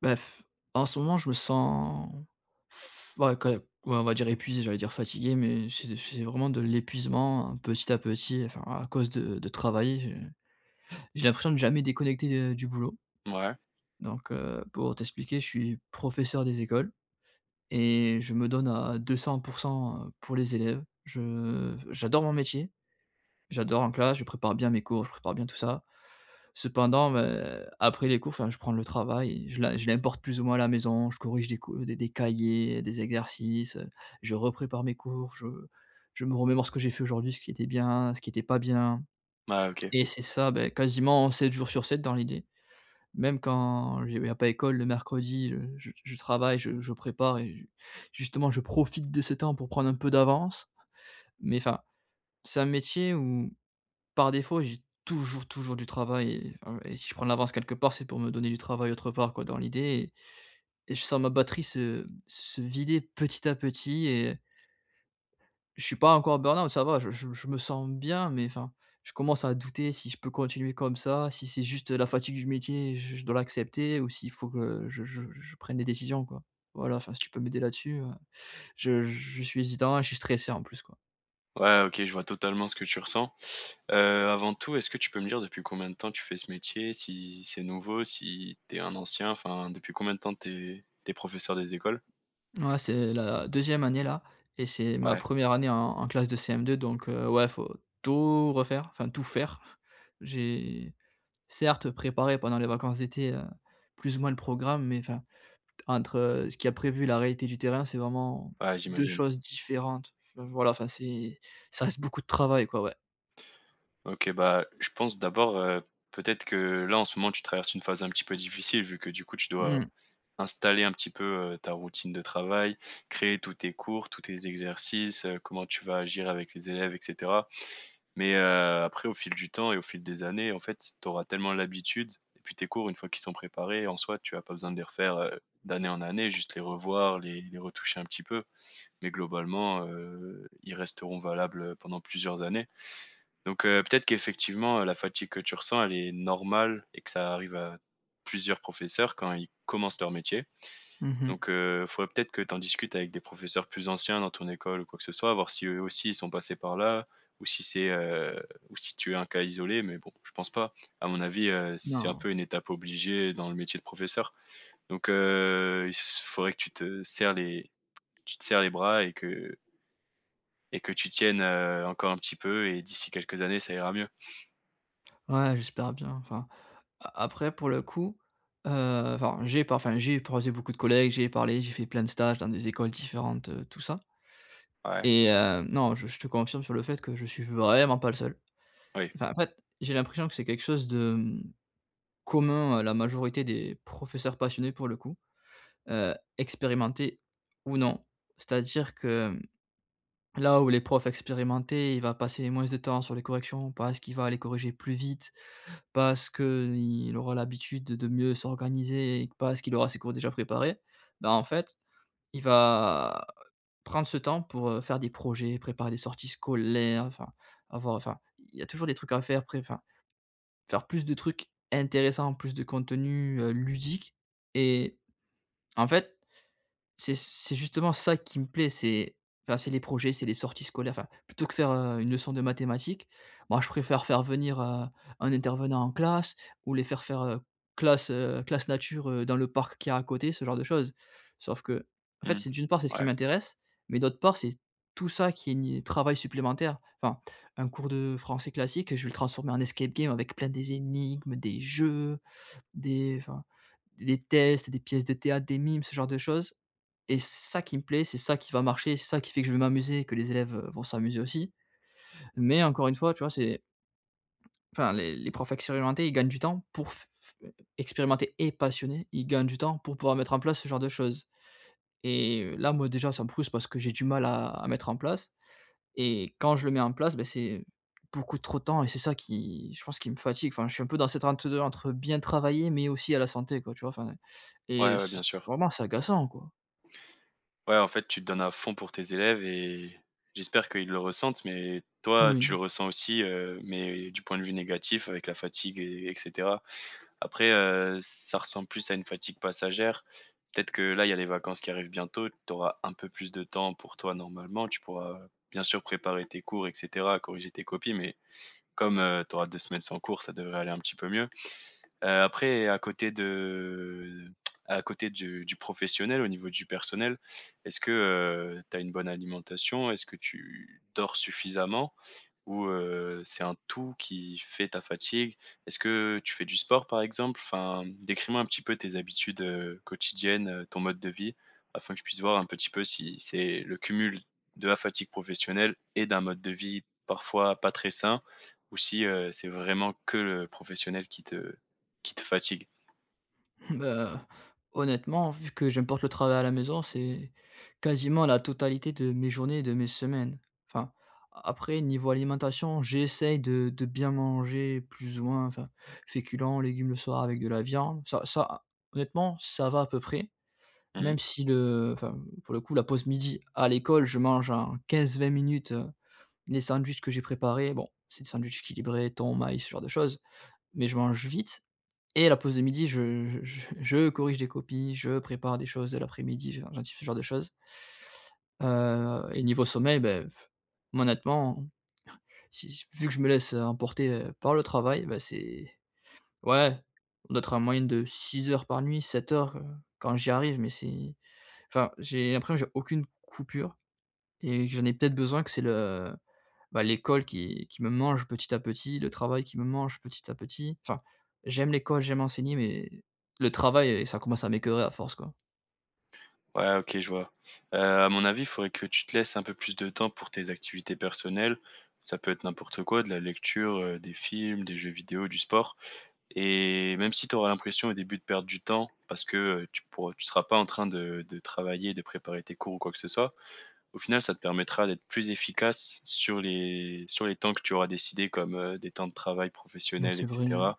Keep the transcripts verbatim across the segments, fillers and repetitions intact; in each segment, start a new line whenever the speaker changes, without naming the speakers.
Bah, f en ce moment, je me sens f ouais, quand ouais, on va dire épuisé. J'allais dire fatigué, mais c'est c'est vraiment de l'épuisement, hein, petit à petit, enfin, à cause de de travailler, j'ai j'ai l'impression de jamais déconnecter, heu, du boulot.
Ouais.
Donc, heu, pour t'expliquer, je suis professeur des écoles, et je me donne à deux cents pour cent euh, pour les élèves. Je j'adore mon métier, j'adore en classe, je prépare bien mes cours, je prépare bien tout ça. Cependant, heu, après les cours, enfin, je prends le travail, je l'im je l'importe plus ou moins à la maison. Je corrige des co des des cahiers, des exercices, heu, je reprépare mes cours, je je me remémore ce que j'ai fait aujourd'hui, ce qui était bien, ce qui était pas bien,
Ah OK.
et c'est ça, beh, quasiment sept jours sur sept dans l'idée. Même quand il n'y a pas école le mercredi, heu, je je travaille, je je prépare et ju justement je profite de ce temps pour prendre un peu d'avance. Mais enfin, c'est un métier où par défaut, j'ai toujours, toujours du travail, et heu, et si je prends de l'avance quelque part, c'est pour me donner du travail autre part quoi dans l'idée, et et je sens ma batterie se se vider petit à petit, et je suis pas encore burn-out, ça va, je je je me sens bien, mais enfin, je commence à douter si je peux continuer comme ça, si c'est juste la fatigue du métier, je je dois l'accepter, ou s'il faut que je je je prenne des décisions quoi. Voilà, enfin si tu peux m'aider là-dessus, heu, je je suis hésitant et je suis stressé en plus quoi.
Ouais, OK, je vois totalement ce que tu ressens. Heu, avant tout, est-ce que tu peux me dire depuis combien de temps tu fais ce métier? Si c'est nouveau, si t'es un ancien, enfin depuis combien de temps t'es es professeur des écoles?
Ouais, c'est la deuxième année là, et c'est ma
Ouais,
première année en en classe de C M deux, donc heu, ouais, faut tout refaire, enfin tout faire. J'ai certes préparé pendant les vacances d'été, heu, plus ou moins le programme, mais enfin, entre, heu, ce qu'il y a prévu et la réalité du terrain, c'est vraiment
ouais,
deux
j'imagine.
choses différentes. Euh, Voilà, enfin c'est ça reste beaucoup de travail quoi, ouais.
OK, bah, je pense d'abord, heu, peut-être que là, en ce moment, tu traverses une phase un petit peu difficile vu que, du coup, tu dois
Mmh.
installer un petit peu, heu, ta routine de travail, créer tous tes cours, tous tes exercices, heu, comment tu vas agir avec les élèves et cetera. Mais heu, après au fil du temps et au fil des années, en fait, tu auras tellement l'habitude et puis tes cours une fois qu'ils sont préparés, en soi, tu as pas besoin de les refaire, heu, d'année en année, juste les revoir, les les retoucher un petit peu. Mais globalement, heu, ils resteront valables, pendant plusieurs années. Donc heu, peut-être qu'effectivement, heu, la fatigue que tu ressens, elle est normale et que ça arrive à plusieurs professeurs quand ils commencent leur métier.
Mmh.
Donc il faudrait peut-être que tu en discutes avec des professeurs plus anciens dans ton école ou quoi que ce soit, voir si eux aussi ils sont passés par là ou si c'est, heu, ou si tu es un cas isolé, mais bon, je pense pas. À mon avis, heu, c'est un peu
Non.
une étape obligée dans le métier de professeur. Donc heu, il s faudrait que tu te serres les tu te serres les bras et que et que tu tiennes, heu, encore un petit peu et d'ici quelques années, ça ira mieux.
Ouais, j'espère bien, enfin A après pour le coup, heu, enfin j'ai par enfin j'ai croisé beaucoup de collègues, j'ai parlé, j'ai fait plein de stages dans des écoles différentes, heu, tout ça,
Ouais,
et heu, non, je je te confirme sur le fait que je suis vraiment pas le seul.
oui.
Enfin, en fait, j'ai l'impression que c'est quelque chose de, mmh, commun à la majorité des professeurs passionnés pour le coup, heu, expérimentés ou non. C'est-à-dire que, mmh, là où les profs expérimentés, il va passer moins de temps sur les corrections parce qu'il va les corriger plus vite, parce qu'il aura l'habitude de mieux s'organiser, et que parce qu'il aura ses cours déjà préparés, bah, en fait, il va prendre ce temps pour, heu, faire des projets, préparer des sorties scolaires, enfin, avoir enfin, il y a toujours des trucs à faire, pré enfin, faire plus de trucs intéressants, plus de contenu, heu, ludique, et en fait, c'est c'est justement ça qui me plaît, c'est enfin, c'est les projets, c'est les sorties scolaires, enfin, plutôt que faire, heu, une leçon de mathématiques, moi je préfère faire venir, heu, un intervenant en classe, ou les faire faire, heu, classe, heu, classe nature, heu, dans le parc qui est à côté, ce genre de choses. Sauf que en fait,
Mmh.
c'est d'une part, c'est ce qui
Ouais.
m'intéresse, mais d'autre part, c'est tout ça qui est un travail supplémentaire. Enfin, un cours de français classique, je vais le transformer en escape game avec plein des énigmes, des jeux, des enfin des tests, des pièces de théâtre, des mimes, ce genre de choses, et c'est ça qui me plaît, c'est ça qui va marcher, c'est ça qui fait que je vais m'amuser et que les élèves, heu, vont s'amuser aussi. Mais encore une fois, tu vois, c'est enfin les les profs expérimentés, ils gagnent du temps pour f f expérimentés et passionnés, ils gagnent du temps pour pouvoir mettre en place ce genre de choses, et là, moi, déjà, ça me frustre parce que j'ai du mal à à mettre en place, et quand je le mets en place, ben c'est beaucoup trop de temps, et c'est ça qui je pense qui me fatigue. Enfin, je suis un peu dans cette entre deux entre bien travailler, mais aussi à la santé quoi, tu vois? Enfin
Ouais,
et
ouais,
c'est
bien sûr.
vraiment c'est agaçant quoi.
Ouais, en fait, tu te donnes à fond pour tes élèves et j'espère qu'ils le ressentent, mais toi, tu
Oui,
le ressens aussi, heu, mais du point de vue négatif avec la fatigue et et. Après, heu, ça ressemble plus à une fatigue passagère. Peut-être que là, il y a les vacances qui arrivent bientôt, tu auras un peu plus de temps pour toi normalement. Tu pourras bien sûr préparer tes cours et cetera, corriger tes copies, mais comme, heu, tu auras deux semaines sans cours, ça devrait aller un petit peu mieux. Heu, après à côté de à côté du du professionnel, au niveau du personnel, est-ce que, heu, tu as une bonne alimentation? Est-ce que tu dors suffisamment? Ou, heu, c'est un tout qui fait ta fatigue? Est-ce que tu fais du sport, par exemple? Enfin, décris-moi un petit peu tes habitudes, heu, quotidiennes, heu, ton mode de vie, afin que je puisse voir un petit peu si c'est le cumul de la fatigue professionnelle et d'un mode de vie parfois pas très sain, ou si, heu, c'est vraiment que le professionnel qui te qui te fatigue?
bah, honnêtement, vu que j'importe le travail à la maison, c'est quasiment la totalité de mes journées et de mes semaines. Enfin, après niveau alimentation, j'essaye de de bien manger plus ou moins, enfin, féculents, légumes le soir avec de la viande. Ça ça, honnêtement, ça va à peu près.
Mmh.
Même si le enfin, pour le coup, la pause midi à l'école, je mange en quinze-vingt minutes, heu, les sandwichs que j'ai préparés. Bon, c'est des sandwichs équilibrés, thon, maïs, ce genre de choses, mais je mange vite, et à la pause de midi, je je je je corrige des copies, je prépare des choses de l'après-midi, je j'anticipe ce genre de choses. Heu et niveau sommeil, beh, honnêtement, si vu que je me laisse euh, emporter, heu, par le travail, ben c'est ouais, on doit être en moyenne de six heures par nuit, sept heures, heu, quand j'y arrive, mais c'est. Enfin, j'ai l'impression que j'ai aucune coupure, et que j'en ai peut-être besoin, que c'est le bah, l'école qui qui me mange petit à petit, le travail qui me mange petit à petit. Enfin, j'aime l'école, j'aime enseigner, mais le travail, heu, ça commence à m'écœurer à force, quoi.
Ouais, OK, je vois. Heu, à mon avis, il faudrait que tu te laisses un peu plus de temps pour tes activités personnelles. Ça peut être n'importe quoi, de la lecture, heu, des films, des jeux vidéo, du sport et même si tu auras l'impression au début de perdre du temps parce que, heu, tu pourras tu seras pas en train de de travailler, de préparer tes cours ou quoi que ce soit, au final, ça te permettra d'être plus efficace sur les sur les temps que tu auras décidé, comme, heu, des temps de travail
Mmh,
professionnel et
c'est vrai, hein.
cetera.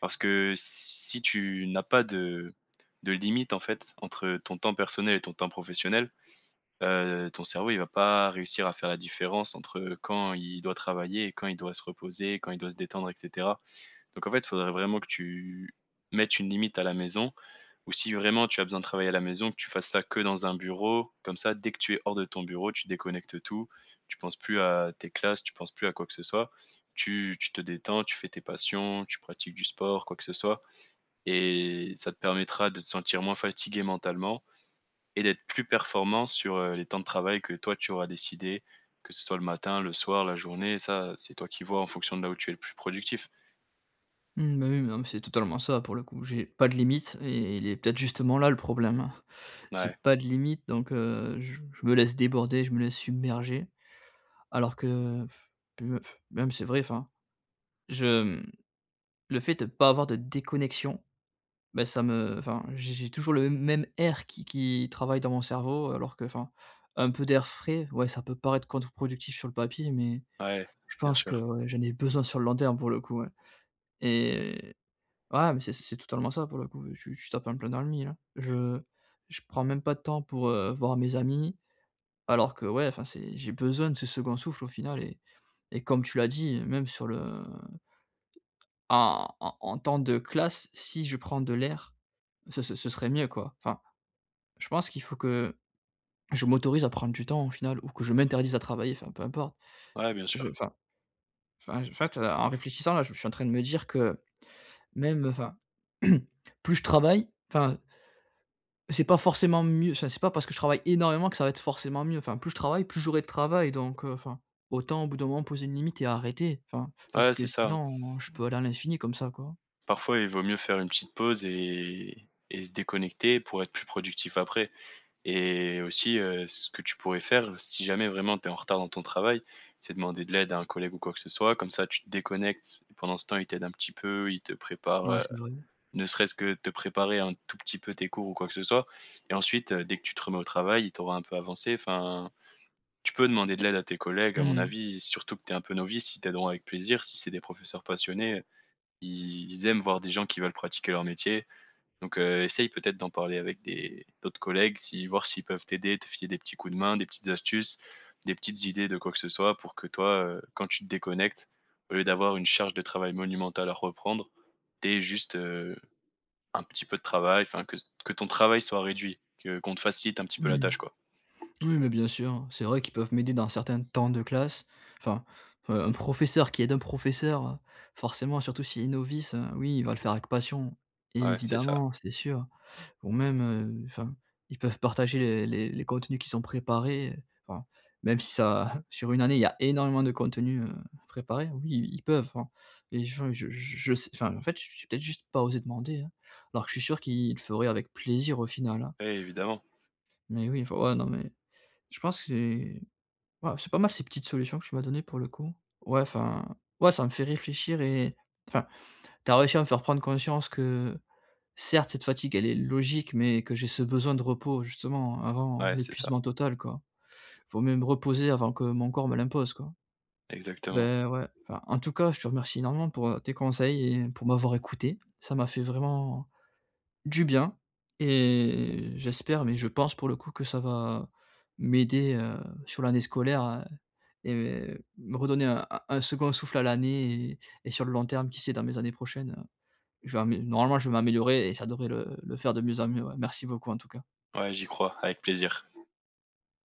Parce que si tu n'as pas de de limite, en fait, entre ton temps personnel et ton temps professionnel, heu, ton cerveau, il va pas réussir à faire la différence entre, quand il doit travailler et quand il doit se reposer, quand il doit se détendre et cetera. Donc en fait, il faudrait vraiment que tu mettes une limite à la maison ou si vraiment tu as besoin de travailler à la maison, que tu fasses ça que dans un bureau. Comme ça, dès que tu es hors de ton bureau, tu déconnectes tout, tu penses plus à tes classes, tu penses plus à quoi que ce soit. Tu tu te détends, tu fais tes passions, tu pratiques du sport, quoi que ce soit et ça te permettra de te sentir moins fatigué mentalement et d'être plus performant sur, heu, les temps de travail que toi tu auras décidé, que ce soit le matin, le soir, la journée, ça, c'est toi qui vois en fonction de là où tu es le plus productif.
Mmh, bah, oui, mais non, mais c'est totalement ça pour le coup. J'ai pas de limite, et il est peut-être justement là le problème. J'ai
Ouais,
pas de limite, donc heu, je je me laisse déborder, je me laisse submerger, alors que pff, puis, heu, même c'est vrai, enfin, je, mmh, le fait de pas avoir de déconnexion, bah ça me enfin, j'ai j'ai toujours le même air qui qui travaille dans mon cerveau, alors que enfin, un peu d'air frais, ouais, ça peut paraître contre-productif sur le papier, mais
ouais,
je
bien
pense que,
sûr.
ouais, j'en ai besoin sur le long terme pour le coup, ouais, et ouais, mais c'est c'est totalement ça pour le coup, tu tu tapes en plein dans le mille, hein. Je je prends même pas de temps pour, heu, voir mes amis, alors que ouais, enfin, c'est j'ai besoin de ce second souffle au final, et et comme tu l'as dit, même sur le en en en temps de classe, si je prends de l'air, ce ce ce serait mieux quoi. Enfin, je pense qu'il faut que je m'autorise à prendre du temps au final ou que je m'interdise à travailler, enfin, peu importe.
Ouais, bien
Je
sûr.
enfin enfin, en fait, heu, en réfléchissant là, je suis en train de me dire que même, enfin, plus je travaille, enfin, c'est pas forcément mieux, enfin, c'est pas parce que je travaille énormément que ça va être forcément mieux. Enfin, plus je travaille, plus j'aurai de travail, donc heu, enfin, autant au bout d'un moment poser une limite et arrêter. Enfin, parce
Ouais,
que
c'est ça, hein.
sinon je peux aller à l'infini comme ça, quoi.
Parfois, il vaut mieux faire une petite pause et et se déconnecter pour être plus productif après. Et aussi, heu, ce que tu pourrais faire, si jamais vraiment tu es en retard dans ton travail, c'est demander de l'aide à un collègue ou quoi que ce soit. Comme ça, tu te déconnectes et pendant ce temps, il t'aide un petit peu, il te prépare,
Ouais,
heu,
c'est vrai.
ne serait-ce que te préparer un tout petit peu tes cours ou quoi que ce soit et ensuite, heu, dès que tu te remets au travail, il t'aura un peu avancé. Enfin, tu peux demander de l'aide à tes collègues, à mon
Mmh.
avis, surtout que tu es un peu novice, ils t'aideront avec plaisir. Si c'est des professeurs passionnés, ils ils aiment voir des gens qui veulent pratiquer leur métier. Donc, heu, essaye peut-être d'en parler avec des d'autres collègues, si voir s'ils peuvent t'aider, te filer des petits coups de main, des petites astuces, des petites idées de quoi que ce soit pour que toi, heu, quand tu te déconnectes, au lieu d'avoir une charge de travail monumentale à reprendre, tu juste, heu, un petit peu de travail, enfin que que ton travail soit réduit, que qu'on te facilite un petit peu la
Mmh.
tâche, quoi.
Oui, mais bien sûr, c'est vrai qu'ils peuvent m'aider dans certains temps de classe. Enfin, heu, un professeur qui aide un professeur, heu, forcément, surtout s'il est novice, heu, oui, il va le faire avec passion,
Ouais, c'est ça.
évidemment, c'est sûr. Ou même, heu, enfin, ils peuvent partager les les les contenus qui sont préparés, heu, enfin, même si ça sur une année, il y a énormément de contenus, heu, préparés, oui, ils peuvent, hein. Et je enfin, je je je sais enfin, en fait, j'ai peut-être juste pas osé demander, hein, alors que je suis sûr qu'ils le feraient avec plaisir au final, hein.
Ouais, évidemment.
Mais oui, enfin, ouais, non, mais je pense que c'est- Ouais, c'est pas mal ces petites solutions que tu m'as données pour le coup. Ouais, enfin, ouais, ça me fait réfléchir, et enfin, t'as réussi à me faire prendre conscience que certes, cette fatigue, elle est logique, mais que j'ai ce besoin de repos justement avant
Ouais, c'est ça,
l'épuisement total, quoi. Faut même me reposer avant que mon corps me l'impose, quoi.
exactement.
Ben ouais, enfin, en tout cas, je te remercie énormément pour, heu, tes conseils et pour m'avoir écouté. Ça m'a fait vraiment du bien, et j'espère, mais je pense pour le coup que ça va m'aider, heu, sur l'année scolaire, heu et me redonner un un un second souffle à l'année, et et sur le long terme, qui sait, dans mes années prochaines, heu, je vais amé normalement, je vais m'améliorer et ça devrait le le faire de mieux en mieux, ouais. Merci beaucoup en tout cas.
Ouais, j'y crois, avec plaisir.